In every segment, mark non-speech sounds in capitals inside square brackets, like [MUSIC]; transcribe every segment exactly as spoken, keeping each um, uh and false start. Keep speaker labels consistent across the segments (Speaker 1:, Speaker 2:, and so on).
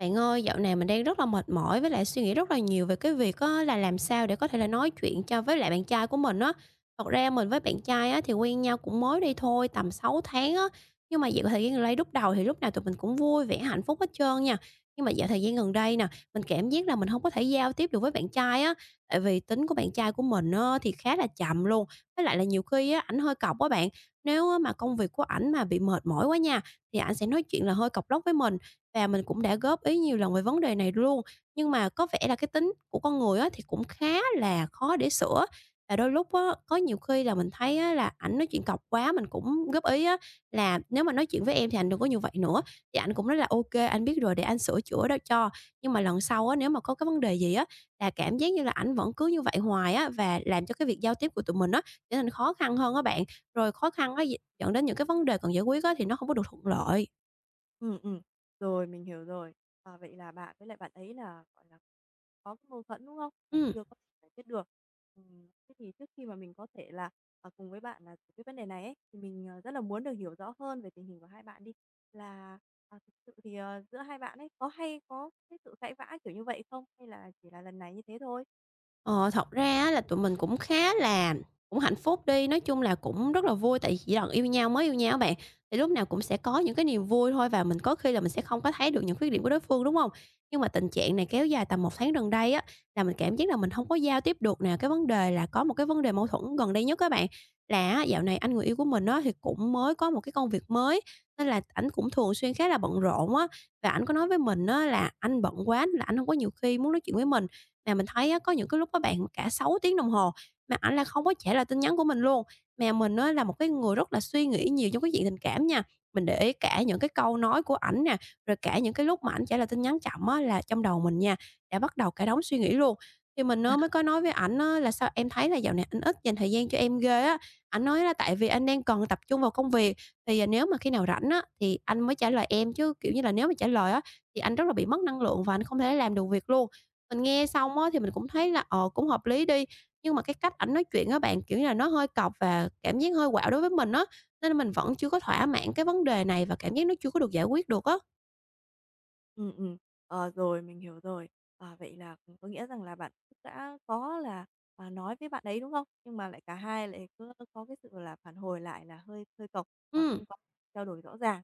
Speaker 1: Bạn ơi, dạo này mình đang rất là mệt mỏi với lại suy nghĩ rất là nhiều về cái việc á, là làm sao để có thể là nói chuyện cho với lại bạn trai của mình á. Thật ra mình với bạn trai á thì quen nhau cũng mới đây thôi, tầm sáu tháng á, nhưng mà dạo thời gian gần đây, lúc đầu thì lúc nào tụi mình cũng vui vẻ, hạnh phúc hết trơn nha. Nhưng mà dạo thời gian gần đây nè, mình cảm giác là mình không có thể giao tiếp được với bạn trai á, tại vì tính của bạn trai của mình á thì khá là chậm luôn, với lại là nhiều khi á ảnh hơi cọc á bạn. Nếu á mà công việc của ảnh mà bị mệt mỏi quá nha, thì ảnh sẽ nói chuyện là hơi cọc lóc với mình. Và mình cũng đã góp ý nhiều lần về vấn đề này luôn, nhưng mà có vẻ là cái tính của con người á, thì cũng khá là khó để sửa. Và đôi lúc á, có nhiều khi là mình thấy á, là ảnh nói chuyện cọc quá, mình cũng góp ý á, là "Nếu mà nói chuyện với em thì anh đừng có như vậy nữa." Thì anh cũng nói là "ok anh biết rồi, để anh sửa chữa đó cho." Nhưng mà lần sau á, nếu mà có cái vấn đề gì á, là cảm giác như là ảnh vẫn cứ như vậy hoài á, và làm cho cái việc giao tiếp của tụi mình á, trở nên khó khăn hơn á bạn. Rồi khó khăn á dẫn đến những cái vấn đề cần giải quyết á, thì nó không có được thuận lợi.
Speaker 2: Ừ, ừm, rồi, mình hiểu rồi. Ờ, vậy là bạn với lại bạn ấy là, gọi là, có cái mâu thuẫn, đúng không? Và
Speaker 1: Ừm.
Speaker 2: chưa có thể giải quyết được. Ừm, thế thì trước khi mà mình có thể là, ờ, cùng với bạn là giải quyết vấn đề này ấy, thì mình, ờ, rất là muốn được hiểu rõ hơn về tình hình của hai bạn đi. Là, à, thực sự thì, ờ, giữa hai bạn ấy có hay có cái sự cãi vã kiểu như vậy không? Hay là chỉ là lần này như thế thôi?
Speaker 1: Ờ, thật ra á là tụi mình cũng khá là cũng hạnh phúc đi, nói chung là cũng rất là vui, tại vì chỉ lần yêu nhau, mới yêu nhau á bạn, thì lúc nào cũng sẽ có những cái niềm vui thôi, và mình có khi là mình sẽ không có thấy được những khuyết điểm của đối phương, đúng không? Nhưng mà tình trạng này kéo dài tầm một tháng gần đây á, là mình cảm giác là mình không có giao tiếp được nè. Cái vấn đề là có một cái vấn đề mâu thuẫn gần đây nhất các bạn, là á dạo này anh người yêu của mình á thì cũng mới có một cái công việc mới, nên là ảnh cũng thường xuyên khá là bận rộn á, và ảnh có nói với mình á là anh bận quá nên là anh không có nhiều khi muốn nói chuyện với mình. Mà mình thấy á, có những cái lúc các bạn, cả sáu tiếng đồng hồ mà ảnh là không có trả lời tin nhắn của mình luôn. Mà mình á là một cái người rất là suy nghĩ nhiều trong cái chuyện tình cảm nha, mình để ý cả những cái câu nói của ảnh nè, rồi cả những cái lúc mà ảnh trả lời tin nhắn chậm á là trong đầu mình nha, đã bắt đầu cả đống suy nghĩ luôn. Thì mình á mới có nói với ảnh á là "Sao em thấy là dạo này anh ít dành thời gian cho em ghê á." Ảnh nói là "Tại vì anh đang còn tập trung vào công việc, thì, à, nếu mà khi nào rảnh á thì anh mới trả lời em, chứ, kiểu như là, nếu mà trả lời á thì anh rất là bị mất năng lượng và anh không thể làm được việc luôn." Mình nghe xong á thì mình cũng thấy là, ờ, cũng hợp lý đi, nhưng mà cái cách ảnh nói chuyện á bạn, kiểu như là, nó hơi cọc và cảm giác hơi quạo đối với mình á, nên là mình vẫn chưa có thỏa mãn cái vấn đề này và cảm giác nó chưa có được giải quyết được á.
Speaker 2: Ừ, ừm. Ờ, rồi, mình hiểu rồi. À, vậy là cũng có nghĩa rằng là bạn cũng đã có là, à, nói với bạn ấy, đúng không? Nhưng mà lại cả hai lại cứ có cái sự là phản hồi lại là hơi hơi cộc và
Speaker 1: Ừ.
Speaker 2: không có trao đổi rõ ràng.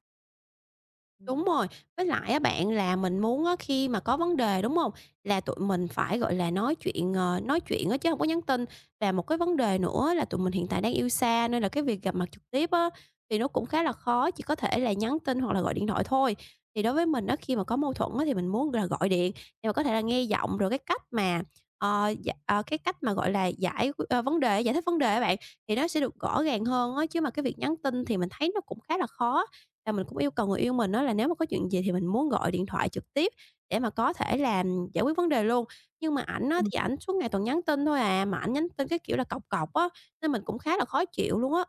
Speaker 1: Đúng rồi, với lại á bạn là mình muốn á khi mà có vấn đề, đúng không? Là tụi mình phải, gọi là, nói chuyện, ờ, nói chuyện á, chứ không có nhắn tin. Và một cái vấn đề nữa là tụi mình hiện tại đang yêu xa, nên là cái việc gặp mặt trực tiếp á, thì nó cũng khá là khó, chỉ có thể là nhắn tin hoặc là gọi điện thoại thôi. Thì đối với mình á, khi mà có mâu thuẫn á thì mình muốn là gọi điện, nhưng mà có thể là nghe giọng, rồi cái cách mà, ờ, d ờ, cái cách mà, gọi là, giải qu ơ, vấn đề giải thích vấn đề á bạn, thì nó sẽ được rõ ràng hơn á, chứ mà cái việc nhắn tin thì mình thấy nó cũng khá là khó, và mình cũng yêu cầu người yêu mình đó là nếu mà có chuyện gì thì mình muốn gọi điện thoại trực tiếp để mà có thể làm giải quyết vấn đề luôn. Nhưng mà ảnh á
Speaker 2: Ừm.
Speaker 1: thì ảnh suốt ngày toàn nhắn tin thôi à, mà ảnh nhắn tin cái kiểu là cọc cọc á, nên mình cũng khá là khó chịu luôn á.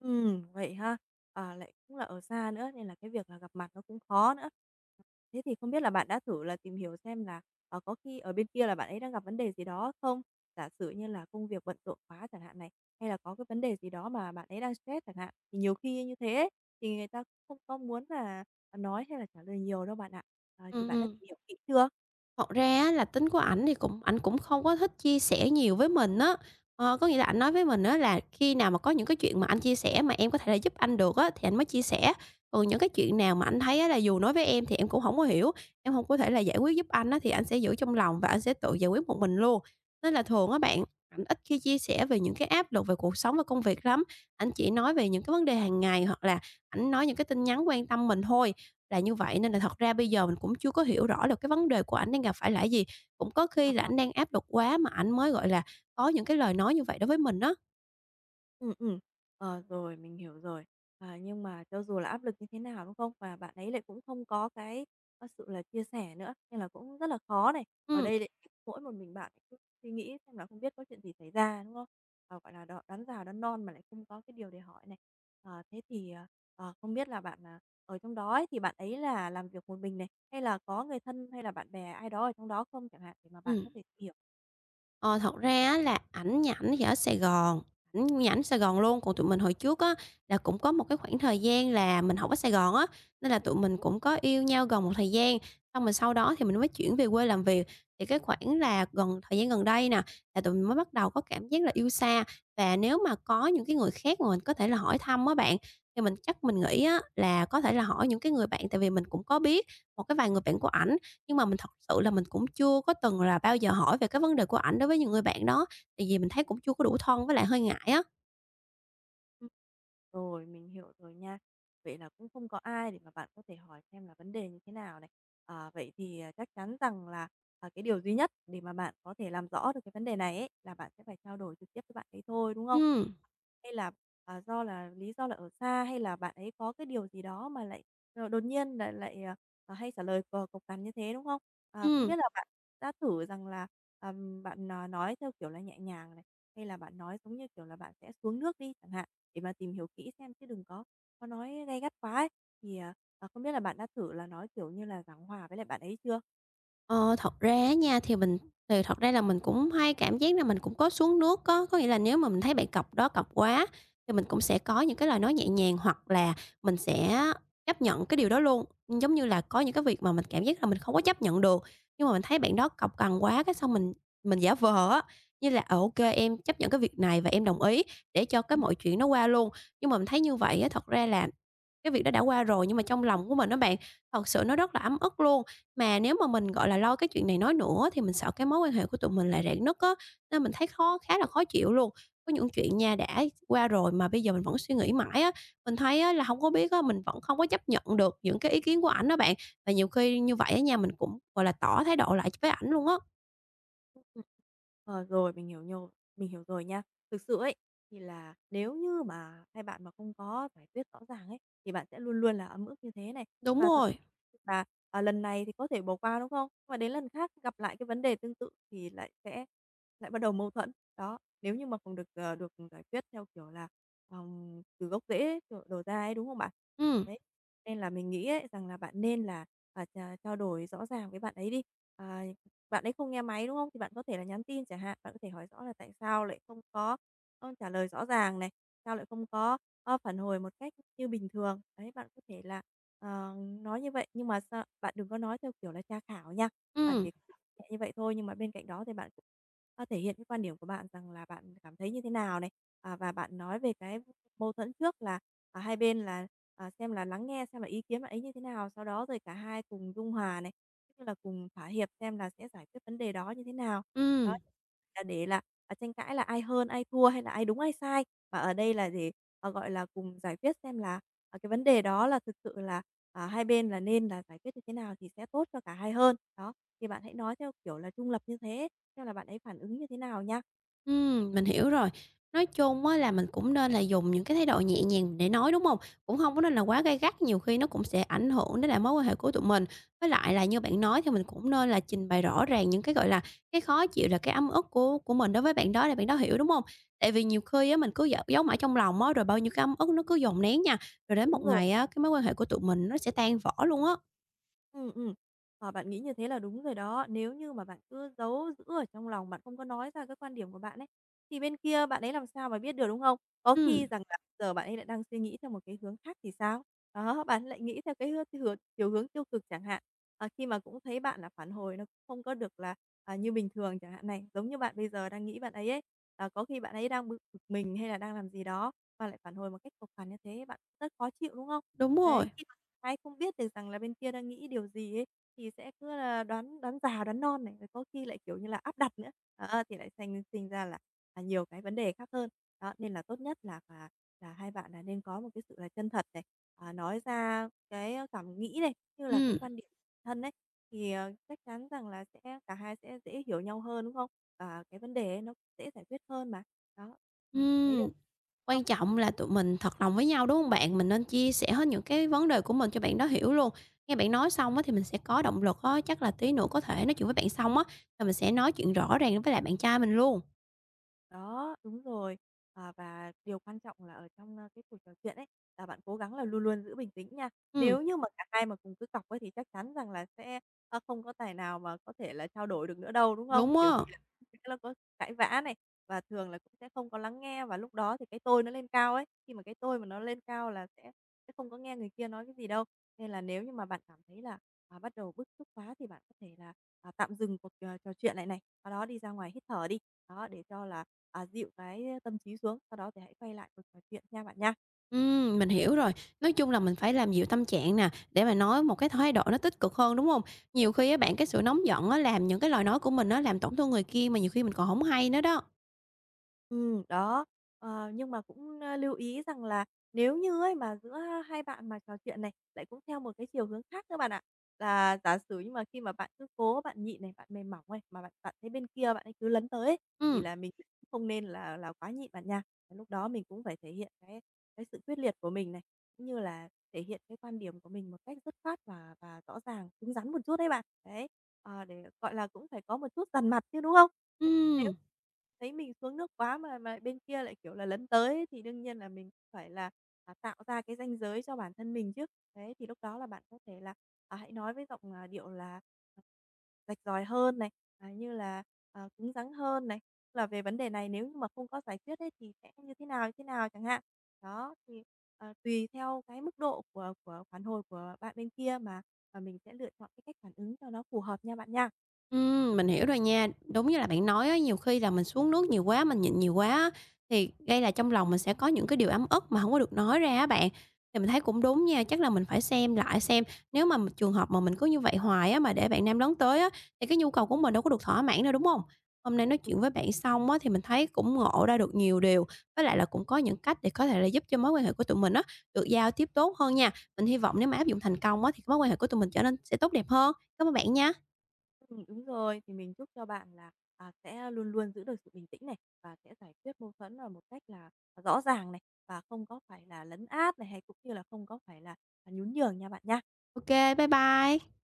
Speaker 2: Ừ vậy ha? À, lại cũng là ở xa nữa nên là cái việc là gặp mặt nó cũng khó nữa. Thế thì không biết là bạn đã thử là tìm hiểu xem là, ờ, có khi ở bên kia là bạn ấy đang gặp vấn đề gì đó không? Giả sử như là công việc bận rộn quá chẳng hạn này, hay là có cái vấn đề gì đó mà bạn ấy đang stress chẳng hạn, thì nhiều khi như thế ấy, thì người ta cũng không có muốn là, à, nói hay là trả lời nhiều đâu bạn ạ. Ờ, thì bạn đã
Speaker 1: Ừm.
Speaker 2: tìm hiểu kỹ chưa?
Speaker 1: Thật ra á là tính của ảnh thì cũng ảnh cũng không có thích chia sẻ nhiều với mình á. Ờ, có nghĩa là ảnh nói với mình á là khi nào mà có những cái chuyện mà anh chia sẻ mà em có thể là giúp anh được á, thì anh mới chia sẻ. Còn những cái chuyện nào mà ảnh thấy á là dù nói với em thì em cũng không có hiểu, em không có thể là giải quyết giúp anh á, thì ảnh sẽ giữ trong lòng và ảnh sẽ tự giải quyết một mình luôn. Nên là thường á bạn, ảnh ít khi chia sẻ về những cái áp lực về cuộc sống và công việc lắm, ảnh chỉ nói về những cái vấn đề hàng ngày, hoặc là ảnh nói những cái tin nhắn quan tâm mình thôi, là như vậy. Nên là thật ra bây giờ mình cũng chưa có hiểu rõ được cái vấn đề của ảnh đang gặp phải là cái gì, cũng có khi là
Speaker 2: À.
Speaker 1: ảnh đang áp lực quá mà ảnh mới, gọi là, có những cái lời nói như vậy đối với mình đó.
Speaker 2: Ừ, ừm. Ờ, rồi, mình hiểu rồi. À, nhưng mà cho dù là áp lực như thế nào, đúng không? Và bạn ấy lại cũng không có cái, ơ, sự là chia sẻ nữa, nên là cũng rất là khó này. Ở
Speaker 1: Ừ.
Speaker 2: đây lại [LAUGHS] mỗi một mình bạn cứ suy nghĩ xem là không biết có chuyện gì xảy ra, đúng không? Ờ, gọi là, đo đoán già đoán non mà lại không có cái điều để hỏi này. Ờ, thế thì, ờ, ờ, không biết là bạn, à, ở trong đó ấy, thì bạn ấy là làm việc một mình này, hay là có người thân hay là bạn bè ai đó ở trong đó không chẳng hạn, để mà bạn
Speaker 1: Ừ.
Speaker 2: có thể tìm hiểu.
Speaker 1: Ờ, thật ra á là ảnh, nhà ảnh thì ở Sài Gòn, ảnh nhà ảnh Sài Gòn luôn, còn tụi mình hồi trước á là cũng có một cái khoảng thời gian là mình học ở Sài Gòn á, nên là tụi mình cũng có yêu nhau gần một thời gian, xong rồi sau đó thì mình mới chuyển về quê làm việc. Thì cái khoảng là gần thời gian gần đây nè, là tụi mình mới bắt đầu có cảm giác là yêu xa, và nếu mà có những cái người khác mà mình có thể là hỏi thăm á bạn, thì mình chắc mình nghĩ á là có thể là hỏi những cái người bạn, tại vì mình cũng có biết một cái vài người bạn của ảnh, nhưng mà mình thật sự là mình cũng chưa có từng là bao giờ hỏi về cái vấn đề của ảnh đối với những người bạn đó, tại vì mình thấy cũng chưa có đủ thân, với lại hơi ngại á.
Speaker 2: Ừm. Rồi, mình hiểu rồi nha. Vậy là cũng không có ai để mà bạn có thể hỏi xem là vấn đề như thế nào này. Ờ, vậy thì, à, chắc chắn rằng là, à, cái điều duy nhất để mà bạn có thể làm rõ được cái vấn đề này ấy, là bạn sẽ phải trao đổi trực tiếp với bạn ấy thôi, đúng không?
Speaker 1: Ừm,
Speaker 2: Hay là, à, do là lý do là ở xa, hay là bạn ấy có cái điều gì đó mà lại, ờ, đột nhiên lại lại, à, à, hay trả lời cờ cộc cằn như thế, đúng không? À, không
Speaker 1: ừm.
Speaker 2: biết là bạn đã thử rằng là, ờm, bạn, à, nói theo kiểu là nhẹ nhàng này, hay là bạn nói giống như kiểu là bạn sẽ xuống nước đi chẳng hạn, để mà tìm hiểu kỹ xem chứ đừng có có nói gay gắt quá ấy. Thì, à, à, không biết là bạn đã thử là nói, kiểu như là, giảng hòa với lại bạn ấy chưa?
Speaker 1: Ờ, thật ra á nha, thì mình thì thật ra là mình cũng hay cảm giác là mình cũng có xuống nước có Có nghĩa là, nếu mà mình thấy bạn cọc đó, cọc quá, thì mình cũng sẽ có những cái lời nói nhẹ nhàng, hoặc là mình sẽ chấp nhận cái điều đó luôn. Giống như là có những cái việc mà mình cảm giác là mình không có chấp nhận được, nhưng mà mình thấy bạn đó cọc cằn quá, cái xong mình mình giả vờ á, như là, ờ, ô em chấp nhận cái việc này và em đồng ý, để cho cái mọi chuyện nó qua luôn. Nhưng mà mình thấy như vậy á, thật ra là cái việc đó đã qua rồi, nhưng mà trong lòng của mình á bạn, thật sự nó rất là ấm ức luôn. Mà nếu mà mình, gọi là, lo cái chuyện này nói nữa, thì mình sợ cái mối quan hệ của tụi mình lại rạn nứt á, nên mình thấy khó khá là khó chịu luôn. Có những chuyện nha, đã qua rồi mà bây giờ mình vẫn suy nghĩ mãi á, mình thấy á là hông có biết á, mình vẫn không có chấp nhận được những cái ý kiến của ảnh á bạn. Và nhiều khi như vậy á nha, mình cũng, gọi là, tỏ thái độ lại với ảnh luôn á.
Speaker 2: Ừm. Ờ, rồi, mình hiểu nhồi mình hiểu rồi nha. Thực sự ấy, thì là nếu như mà hai bạn mà không có giải quyết rõ ràng ấy, thì bạn sẽ luôn luôn là ấm ức như thế này.
Speaker 1: Đúng
Speaker 2: Và thậm
Speaker 1: rồi.
Speaker 2: chí là, à, lần này thì có thể bỏ qua, đúng không? Mà đến lần khác gặp lại cái vấn đề tương tự thì lại sẽ lại bắt đầu mâu thuẫn. Đó, nếu như mà không được, ờ, được giải quyết theo kiểu là, ờm, từ gốc rễ, kiểu, đổ ra ấy, đúng không bạn?
Speaker 1: Ừm,
Speaker 2: Đấy, nên là mình nghĩ ấy, rằng là bạn nên là, à, trà trao đổi rõ ràng với bạn ấy đi. À, bạn ấy không nghe máy, đúng không? Thì bạn có thể là nhắn tin chẳng hạn, bạn có thể hỏi rõ là tại sao lại không có, ơ, trả lời rõ ràng này, sao lại không có, ơ, phản hồi một cách như bình thường. Đấy, bạn có thể là, ờ, nói như vậy, nhưng mà sao bạn đừng có nói theo kiểu là tra khảo nha, bạn
Speaker 1: ừm,
Speaker 2: chỉ [LAUGHS] nhẹ như vậy thôi. Nhưng mà bên cạnh đó thì bạn cũng, ơ, thể hiện cái quan điểm của bạn rằng là bạn cảm thấy như thế nào này, à, và bạn nói về cái mâu thuẫn trước là, à, hai bên là, à, xem là lắng nghe xem là ý kiến bạn ấy như thế nào, sau đó rồi cả hai cùng dung hòa này. Như là cùng thỏa hiệp xem là sẽ giải quyết vấn đề đó như thế nào. Đó,
Speaker 1: ừm.
Speaker 2: là để là, à, tranh cãi là ai hơn, ai thua hay là ai đúng ai sai, mà ở đây là để, ờ, gọi là, cùng giải quyết xem là, à, cái vấn đề đó là thực sự là, à, hai bên là nên là giải quyết như thế nào thì sẽ tốt cho cả hai hơn. Đó, thì bạn hãy nói theo kiểu là trung lập như thế, xem là bạn ấy phản ứng như thế nào nha.
Speaker 1: Ừm, mình hiểu rồi. Nói chung á là mình cũng nên là dùng những cái thái độ nhẹ nhàng để nói, đúng không? Cũng không có nên là quá gay gắt, nhiều khi nó cũng sẽ ảnh hưởng đến lại mối quan hệ của tụi mình. Với lại là, như bạn nói, thì mình cũng nên là trình bày rõ ràng những cái, gọi là, cái khó chịu, là cái ấm ức của của mình đối với bạn đó để bạn đó hiểu, đúng không? Tại vì nhiều khi á mình cứ giấu giấu mãi trong lòng á, rồi bao nhiêu cái ấm ức nó cứ dồn nén nha, rồi đến một
Speaker 2: Đúng rồi.
Speaker 1: ngày á, cái mối quan hệ của tụi mình nó sẽ tan vỡ luôn á.
Speaker 2: Ừm, ừm. Ờ, bạn nghĩ như thế là đúng rồi đó. Nếu như mà bạn cứ giấu giữ ở trong lòng, bạn không có nói ra cái quan điểm của bạn ấy, thì bên kia bạn ấy làm sao mà biết được, đúng không? Có khi
Speaker 1: Ừm,
Speaker 2: rằng là giờ bạn ấy lại đang suy nghĩ theo một cái hướng khác thì sao? Đó, bạn lại nghĩ theo cái hướng hướng chiều hướng tiêu cực chẳng hạn. Ờ, khi mà cũng thấy bạn là phản hồi nó cũng không có được là, à, như bình thường chẳng hạn này, giống như bạn bây giờ đang nghĩ bạn ấy ấy, à, có khi bạn ấy đang bực bực mình hay là đang làm gì đó, và lại phản hồi một cách cộc cằn như thế, bạn rất khó chịu, đúng không?
Speaker 1: đúng rồi.
Speaker 2: Đấy, khi ai không biết được rằng là bên kia đang nghĩ điều gì ấy, thì sẽ cứ là đoán đoán già đoán non này, rồi có khi lại, kiểu như là, áp đặt nữa, đó, thì lại thành sinh ra là, à, nhiều cái vấn đề khác hơn. Đó, nên là tốt nhất là là là hai bạn là nên có một cái sự là chân thật này, à, nói ra cái cảm nghĩ này, như là cái
Speaker 1: Ừm,
Speaker 2: quan điểm của thân ấy, thì, ờ, chắc chắn rằng là sẽ cả hai sẽ dễ hiểu nhau hơn, đúng không? Và cái vấn đề ấy nó dễ giải quyết hơn mà. Đó, ừm, thấy được
Speaker 1: ừm.
Speaker 2: không?
Speaker 1: Quan trọng là tụi mình thật lòng với nhau, đúng không bạn? Mình nên chia sẻ hết những cái vấn đề của mình cho bạn đó hiểu luôn. Nghe bạn nói xong á thì mình sẽ có động lực á, chắc là tí nữa có thể nói chuyện với bạn xong á, là mình sẽ nói chuyện rõ ràng với lại bạn trai mình luôn.
Speaker 2: Đó, đúng rồi. À, và điều quan trọng là ở trong, ơ, cái cuộc trò chuyện ấy, là bạn cố gắng là luôn luôn giữ bình tĩnh nha.
Speaker 1: Ừm,
Speaker 2: Nếu như mà cả hai mà cùng cứ cọc ấy thì chắc chắn rằng là sẽ, ơ, không có tài nào mà có thể là trao đổi được nữa đâu, đúng không?
Speaker 1: đúng
Speaker 2: Kiểu
Speaker 1: á,
Speaker 2: gì là cũng sẽ là có cãi vã này, và thường là cũng sẽ không có lắng nghe và lúc đó thì cái tôi nó lên cao ấy, khi mà cái tôi mà nó lên cao là sẽ sẽ không có nghe người kia nói cái gì đâu. Nên là nếu như mà bạn cảm thấy là, à, bắt đầu bức xúc quá thì bạn có thể là, à, tạm dừng cuộc, ờ, trò chuyện lại này, sau đó đi ra ngoài hít thở đi. Đó, để cho là, à, dịu cái tâm trí xuống, sau đó thì hãy quay lại cuộc trò chuyện nha bạn nha.
Speaker 1: ừm, mình hiểu rồi. Nói chung là mình phải làm dịu tâm trạng nè, để mà nói một cái thái độ nó tích cực hơn, đúng không? Nhiều khi á bạn, cái sự nóng giận á làm những cái lời nói của mình nó làm tổn thương người kia mà nhiều khi mình còn không hay nữa đó.
Speaker 2: Ừ, đó. Ờ, nhưng mà cũng, ơ, lưu ý rằng là nếu như ấy mà giữa hai bạn mà trò chuyện này, lại cũng theo một cái chiều hướng khác nữa bạn ạ. Là giả sử nhưng mà khi mà bạn cứ cố bạn nhịn này, bạn mềm mỏng này, mà bạn bạn thấy bên kia bạn ấy cứ lấn tới ấy, thì
Speaker 1: Ừm,
Speaker 2: là mình cũng không nên là là quá nhịn bạn nha. Cái lúc đó mình cũng phải thể hiện cái cái sự quyết liệt của mình này, cũng như là thể hiện cái quan điểm của mình một cách dứt khoát và và rõ ràng, cứng rắn một chút đấy bạn. Đấy, ờ, để, gọi là, cũng phải có một chút dằn mặt chứ, đúng không? Nếu
Speaker 1: ừm.
Speaker 2: thấy mình xuống nước quá mà mà bên kia lại, kiểu là, lấn tới ấy, thì đương nhiên là mình phải là, à, tạo ra cái ranh giới cho bản thân mình chứ. Đấy, thì lúc đó là bạn có thể là, à, hãy nói với giọng, à, điệu là à, rạch ròi hơn này, à, như là, ờ, cứng rắn hơn này, là về vấn đề này nếu như mà không có giải quyết ấy thì sẽ như thế nào, như thế nào chẳng hạn. Đó, thì, ờ, tùy theo cái mức độ của của phản hồi của bạn bên kia mà mà mình sẽ lựa chọn cái cách phản ứng cho nó phù hợp nha bạn nha.
Speaker 1: Ừm, mình hiểu rồi nha. Đúng như là bạn nói á, nhiều khi là mình xuống nước nhiều quá, mình nhịn nhiều quá á, thì gây là trong lòng mình sẽ có những cái điều ấm ức mà không có được nói ra á bạn. Thì mình thấy cũng đúng nha, chắc là mình phải xem lại xem, nếu mà một trường hợp mà mình cứ như vậy hoài á, mà để bạn nam lớn tới á, thì cái nhu cầu của mình đâu có được thỏa mãn đâu, đúng không? Hôm nay nói chuyện với bạn xong á, thì mình thấy cũng ngộ ra được nhiều điều, với lại là cũng có những cách để có thể là giúp cho mối quan hệ của tụi mình á, được giao tiếp tốt hơn nha. Mình hy vọng nếu mà áp dụng thành công á, thì mối quan hệ của tụi mình trở nên sẽ tốt đẹp hơn. Cảm ơn bạn nha.
Speaker 2: Ừm, đúng rồi. Thì mình chúc cho bạn là, à, sẽ luôn luôn giữ được sự bình tĩnh này, và sẽ giải quyết mâu thuẫn, à, một cách là rõ ràng này, và không có phải là lấn át này, hay cũng như là không có phải là, à, nhún nhường nha bạn nha.
Speaker 1: ok, bye bye.